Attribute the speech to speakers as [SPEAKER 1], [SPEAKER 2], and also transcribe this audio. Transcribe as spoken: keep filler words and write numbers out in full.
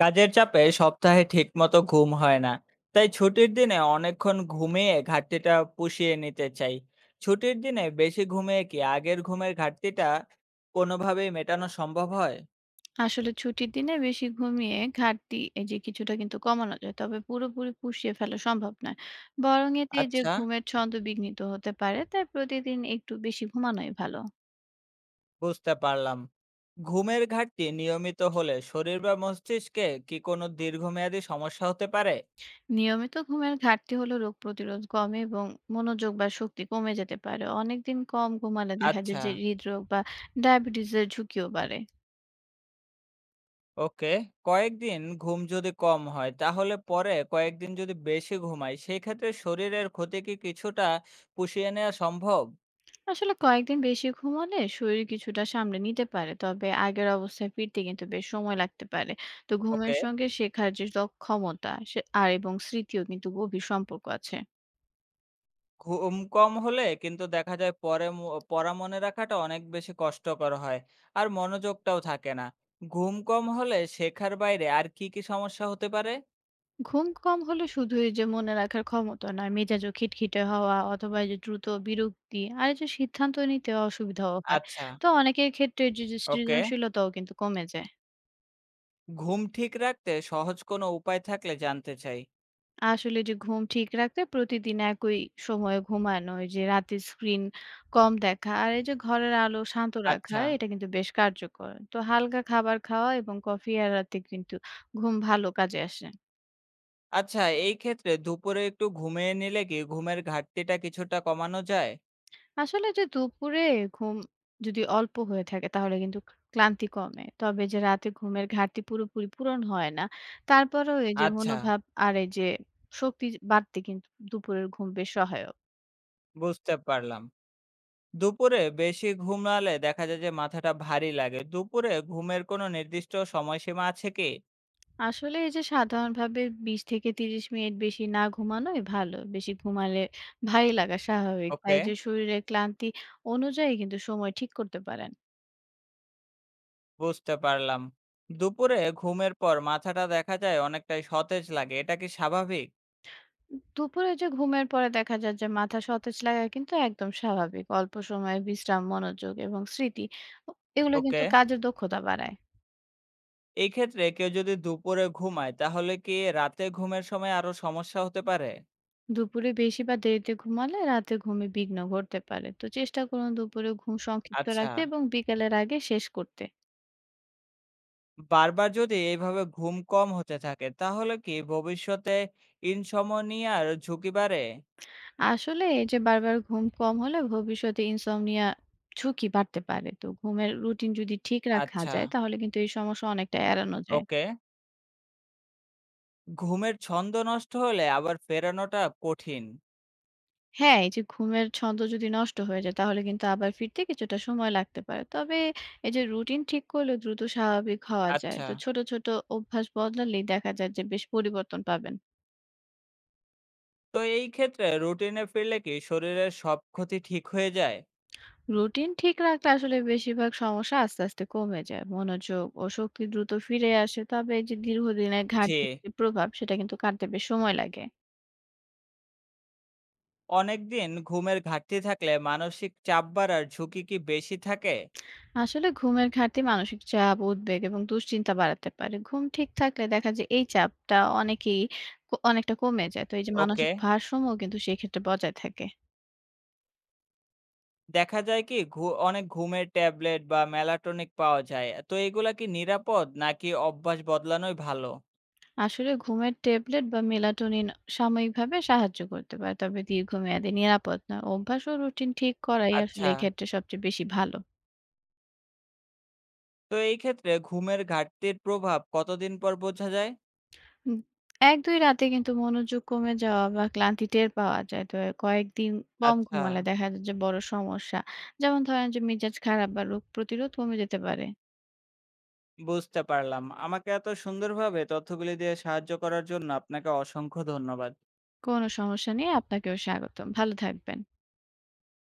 [SPEAKER 1] কাজের চাপে সপ্তাহে ঠিকমতো ঘুম হয় না, তাই ছুটির দিনে অনেকক্ষণ ঘুমিয়ে ঘাটতিটা পুষিয়ে নিতে চাই। ছুটির দিনে বেশি ঘুমিয়ে কি আগের ঘুমের ঘাটতিটা কোনোভাবেই মেটানো সম্ভব হয়?
[SPEAKER 2] আসলে ছুটির দিনে বেশি ঘুমিয়ে ঘাটতি এই যে কিছুটা কিন্তু কমানো যায়, তবে পুরোপুরি পুষিয়ে ফেলা সম্ভব নয়। বরং এতে এই যে
[SPEAKER 1] আচ্ছা,
[SPEAKER 2] ঘুমের ছন্দ বিঘ্নিত হতে পারে, তাই প্রতিদিন একটু বেশি ঘুমানোই ভালো।
[SPEAKER 1] বুঝতে পারলাম। ঘুমের ঘাটতি নিয়মিত হলে শরীর বা মস্তিষ্কে কি কোনো দীর্ঘমেয়াদী সমস্যা হতে পারে?
[SPEAKER 2] নিয়মিত ঘুমের ঘাটতি হলে রোগ প্রতিরোধ কমে এবং মনোযোগ বা শক্তি কমে যেতে পারে। অনেকদিন কম ঘুমালে দেখা যায়
[SPEAKER 1] আচ্ছা।
[SPEAKER 2] যে হৃদরোগ বা ডায়াবেটিসের ঝুঁকিও বাড়ে।
[SPEAKER 1] ওকে। কয়েকদিন ঘুম যদি কম হয় তাহলে পরে কয়েকদিন যদি বেশি ঘুমাই, সেক্ষেত্রে শরীরের ক্ষতি কি কিছুটা পুষিয়ে নেওয়া সম্ভব?
[SPEAKER 2] আসলে কয়েকদিন বেশি ঘুমালে শরীর কিছুটা সামলে নিতে পারে, তবে আগের অবস্থায় ফিরতে কিন্তু বেশ সময় লাগতে পারে। তো ঘুমের
[SPEAKER 1] ওকে।
[SPEAKER 2] সঙ্গে শেখার যে দক্ষ- ক্ষমতা সে- আর এবং স্মৃতিও কিন্তু গভীর সম্পর্ক আছে।
[SPEAKER 1] ঘুম কম হলে কিন্তু দেখা যায় পরে ম পড়া মনে রাখাটা অনেক বেশি কষ্টকর হয়। আর মনোযোগটাও থাকে না। ঘুম কম হলে শেখার বাইরে আর কি কি সমস্যা হতে পারে?
[SPEAKER 2] ঘুম কম হলে শুধু এই যে মনে রাখার ক্ষমতা নয়, মেজাজও খিটখিটে হওয়া অথবা এই যে দ্রুত বিরক্তি আর এই যে সিদ্ধান্ত নিতে অসুবিধাও হয়।
[SPEAKER 1] আচ্ছা।
[SPEAKER 2] তো অনেকের ক্ষেত্রে এই যে যে
[SPEAKER 1] ওকে।
[SPEAKER 2] সৃজনশীলতাও কিন্তু কমে যায়।
[SPEAKER 1] ঘুম ঠিক রাখতে সহজ কোনো উপায় থাকলে জানতে চাই।
[SPEAKER 2] আসলে যে ঘুম ঠিক রাখতে প্রতিদিন একই সময়ে ঘুমানো, এই যে রাতে স্ক্রিন কম দেখা আর এই যে ঘরের আলো শান্ত রাখা
[SPEAKER 1] আচ্ছা।
[SPEAKER 2] এটা কিন্তু বেশ কার্যকর। তো হালকা খাবার খাওয়া এবং কফি আর রাতে কিন্তু ঘুম ভালো কাজে আসে।
[SPEAKER 1] আচ্ছা, এই ক্ষেত্রে দুপুরে একটু ঘুমিয়ে নিলে কি ঘুমের ঘাটতিটা কিছুটা কমানো যায়?
[SPEAKER 2] আসলে যে দুপুরে ঘুম যদি অল্প হয়ে থাকে তাহলে কিন্তু ক্লান্তি কমে, তবে যে রাতে ঘুমের ঘাটতি পুরোপুরি পূরণ হয় না। তারপরেও এই যে
[SPEAKER 1] আচ্ছা,
[SPEAKER 2] মনোভাব আর এই যে শক্তি বাড়তে কিন্তু দুপুরের ঘুম বেশ সহায়ক।
[SPEAKER 1] বুঝতে পারলাম। দুপুরে বেশি ঘুমালে দেখা যায় যে মাথাটা ভারী লাগে। দুপুরে ঘুমের কোনো নির্দিষ্ট সময়সীমা আছে কি?
[SPEAKER 2] আসলে এই যে সাধারণভাবে বিশ থেকে ত্রিশ মিনিট বেশি না ঘুমানোই ভালো। বেশি ঘুমালে ভারী লাগা স্বাভাবিক। বা
[SPEAKER 1] ওকে,
[SPEAKER 2] এই যে শরীরের ক্লান্তি অনুযায়ী কিন্তু সময় ঠিক করতে পারেন।
[SPEAKER 1] বুঝতে পারলাম। দুপুরে ঘুমের পর মাথাটা দেখা যায় অনেকটাই সতেজ লাগে। এটা কি স্বাভাবিক?
[SPEAKER 2] দুপুরে যে ঘুমের পরে দেখা যায় যে মাথা সতেজ লাগা কিন্তু একদম স্বাভাবিক। অল্প সময়ের বিশ্রাম, মনোযোগ এবং স্মৃতি ও এগুলো কিন্তু
[SPEAKER 1] ওকে।
[SPEAKER 2] কাজের দক্ষতা বাড়ায়।
[SPEAKER 1] এই ক্ষেত্রে কেউ যদি দুপুরে ঘুমায় তাহলে কি রাতে ঘুমের সময় আরো সমস্যা হতে পারে?
[SPEAKER 2] দুপুরে বেশি বা দেরিতে ঘুমালে রাতে ঘুমে বিঘ্ন ঘটতে পারে। তো চেষ্টা করুন দুপুরে ঘুম সংক্ষিপ্ত
[SPEAKER 1] আচ্ছা।
[SPEAKER 2] রাখতে এবং বিকেলের আগে শেষ করতে।
[SPEAKER 1] বারবার যদি এইভাবে ঘুম কম হতে থাকে তাহলে কি ভবিষ্যতে ইনসমনিয়ার ঝুঁকি বাড়ে?
[SPEAKER 2] আসলে এই যে বারবার ঘুম কম হলে ভবিষ্যতে ইনসমনিয়া ঝুঁকি বাড়তে পারে, তো ঘুমের রুটিন যদি ঠিক রাখা
[SPEAKER 1] আচ্ছা।
[SPEAKER 2] যায় তাহলে কিন্তু এই সমস্যা অনেকটা এড়ানো যায়।
[SPEAKER 1] ওকে। ঘুমের ছন্দ নষ্ট হলে আবার ফেরানোটা কঠিন।
[SPEAKER 2] হ্যাঁ, এই যে ঘুমের ছন্দ যদি নষ্ট হয়ে যায় তাহলে কিন্তু আবার ফিরতে কিছুটা সময় লাগতে পারে, তবে এই যে রুটিন ঠিক করলে দ্রুত স্বাভাবিক হওয়া যায়।
[SPEAKER 1] আচ্ছা,
[SPEAKER 2] তো ছোট ছোট অভ্যাস বদলালেই দেখা যায় যে বেশ পরিবর্তন পাবেন।
[SPEAKER 1] তো এই ক্ষেত্রে রুটিনে ফিরলে কি শরীরের সব ক্ষতি ঠিক হয়ে যায়?
[SPEAKER 2] রুটিন ঠিক রাখলে আসলে বেশিরভাগ সমস্যা আস্তে আস্তে কমে যায়, মনোযোগ ও শক্তি দ্রুত ফিরে আসে, তবে এই যে দীর্ঘদিনের
[SPEAKER 1] যে
[SPEAKER 2] ঘাটতির যে প্রভাব সেটা কিন্তু কাটতে বেশ সময় লাগে।
[SPEAKER 1] অনেকদিন ঘুমের ঘাটতি থাকলে মানসিক চাপ বাড়ার ঝুঁকি কি বেশি থাকে?
[SPEAKER 2] আসলে ঘুমের ঘাটতি মানসিক চাপ, উদ্বেগ এবং দুশ্চিন্তা বাড়াতে পারে। ঘুম ঠিক থাকলে দেখা যায় এই চাপটা অনেকেই ক- অনেকটা কমে যায়। তো এই যে
[SPEAKER 1] ওকে।
[SPEAKER 2] মানসিক ভারসাম্য কিন্তু সেক্ষেত্রে বজায় থাকে।
[SPEAKER 1] দেখা যায় কি ঘু অনেক ঘুমের ট্যাবলেট বা মেলাটোনিক পাওয়া যায়। তো এগুলা কি নিরাপদ নাকি অভ্যাস বদলানোই ভালো?
[SPEAKER 2] আসলে ঘুমের ট্যাবলেট বা মেলাটোনিন সাময়িকভাবে সাহায্য করতে পারে, তবে দীর্ঘমেয়াদী নিরাপদ নয়। অভ্যাস ও রুটিন ঠিক করাই আসলে
[SPEAKER 1] আচ্ছা।
[SPEAKER 2] এক্ষেত্রে সবচেয়ে বেশি ভালো।
[SPEAKER 1] তো এই ক্ষেত্রে ঘুমের ঘাটতির প্রভাব কতদিন পর বোঝা যায়?
[SPEAKER 2] হুম। এক দুই রাতে কিন্তু মনোযোগ কমে যাওয়া বা ক্লান্তি টের পাওয়া যায়। তো কয়েকদিন কম
[SPEAKER 1] আচ্ছা,
[SPEAKER 2] ঘুমালে দেখা যায় যে বড় সমস্যা। যেমন ধরেন যে মেজাজ খারাপ বা রোগ প্রতিরোধ কমে যেতে পারে।
[SPEAKER 1] বুঝতে পারলাম। আমাকে এত সুন্দরভাবে তথ্যগুলি দিয়ে সাহায্য করার জন্য আপনাকে অসংখ্য ধন্যবাদ।
[SPEAKER 2] কোনো সমস্যা নেই। আপনাকেও স্বাগতম। ভালো থাকবেন।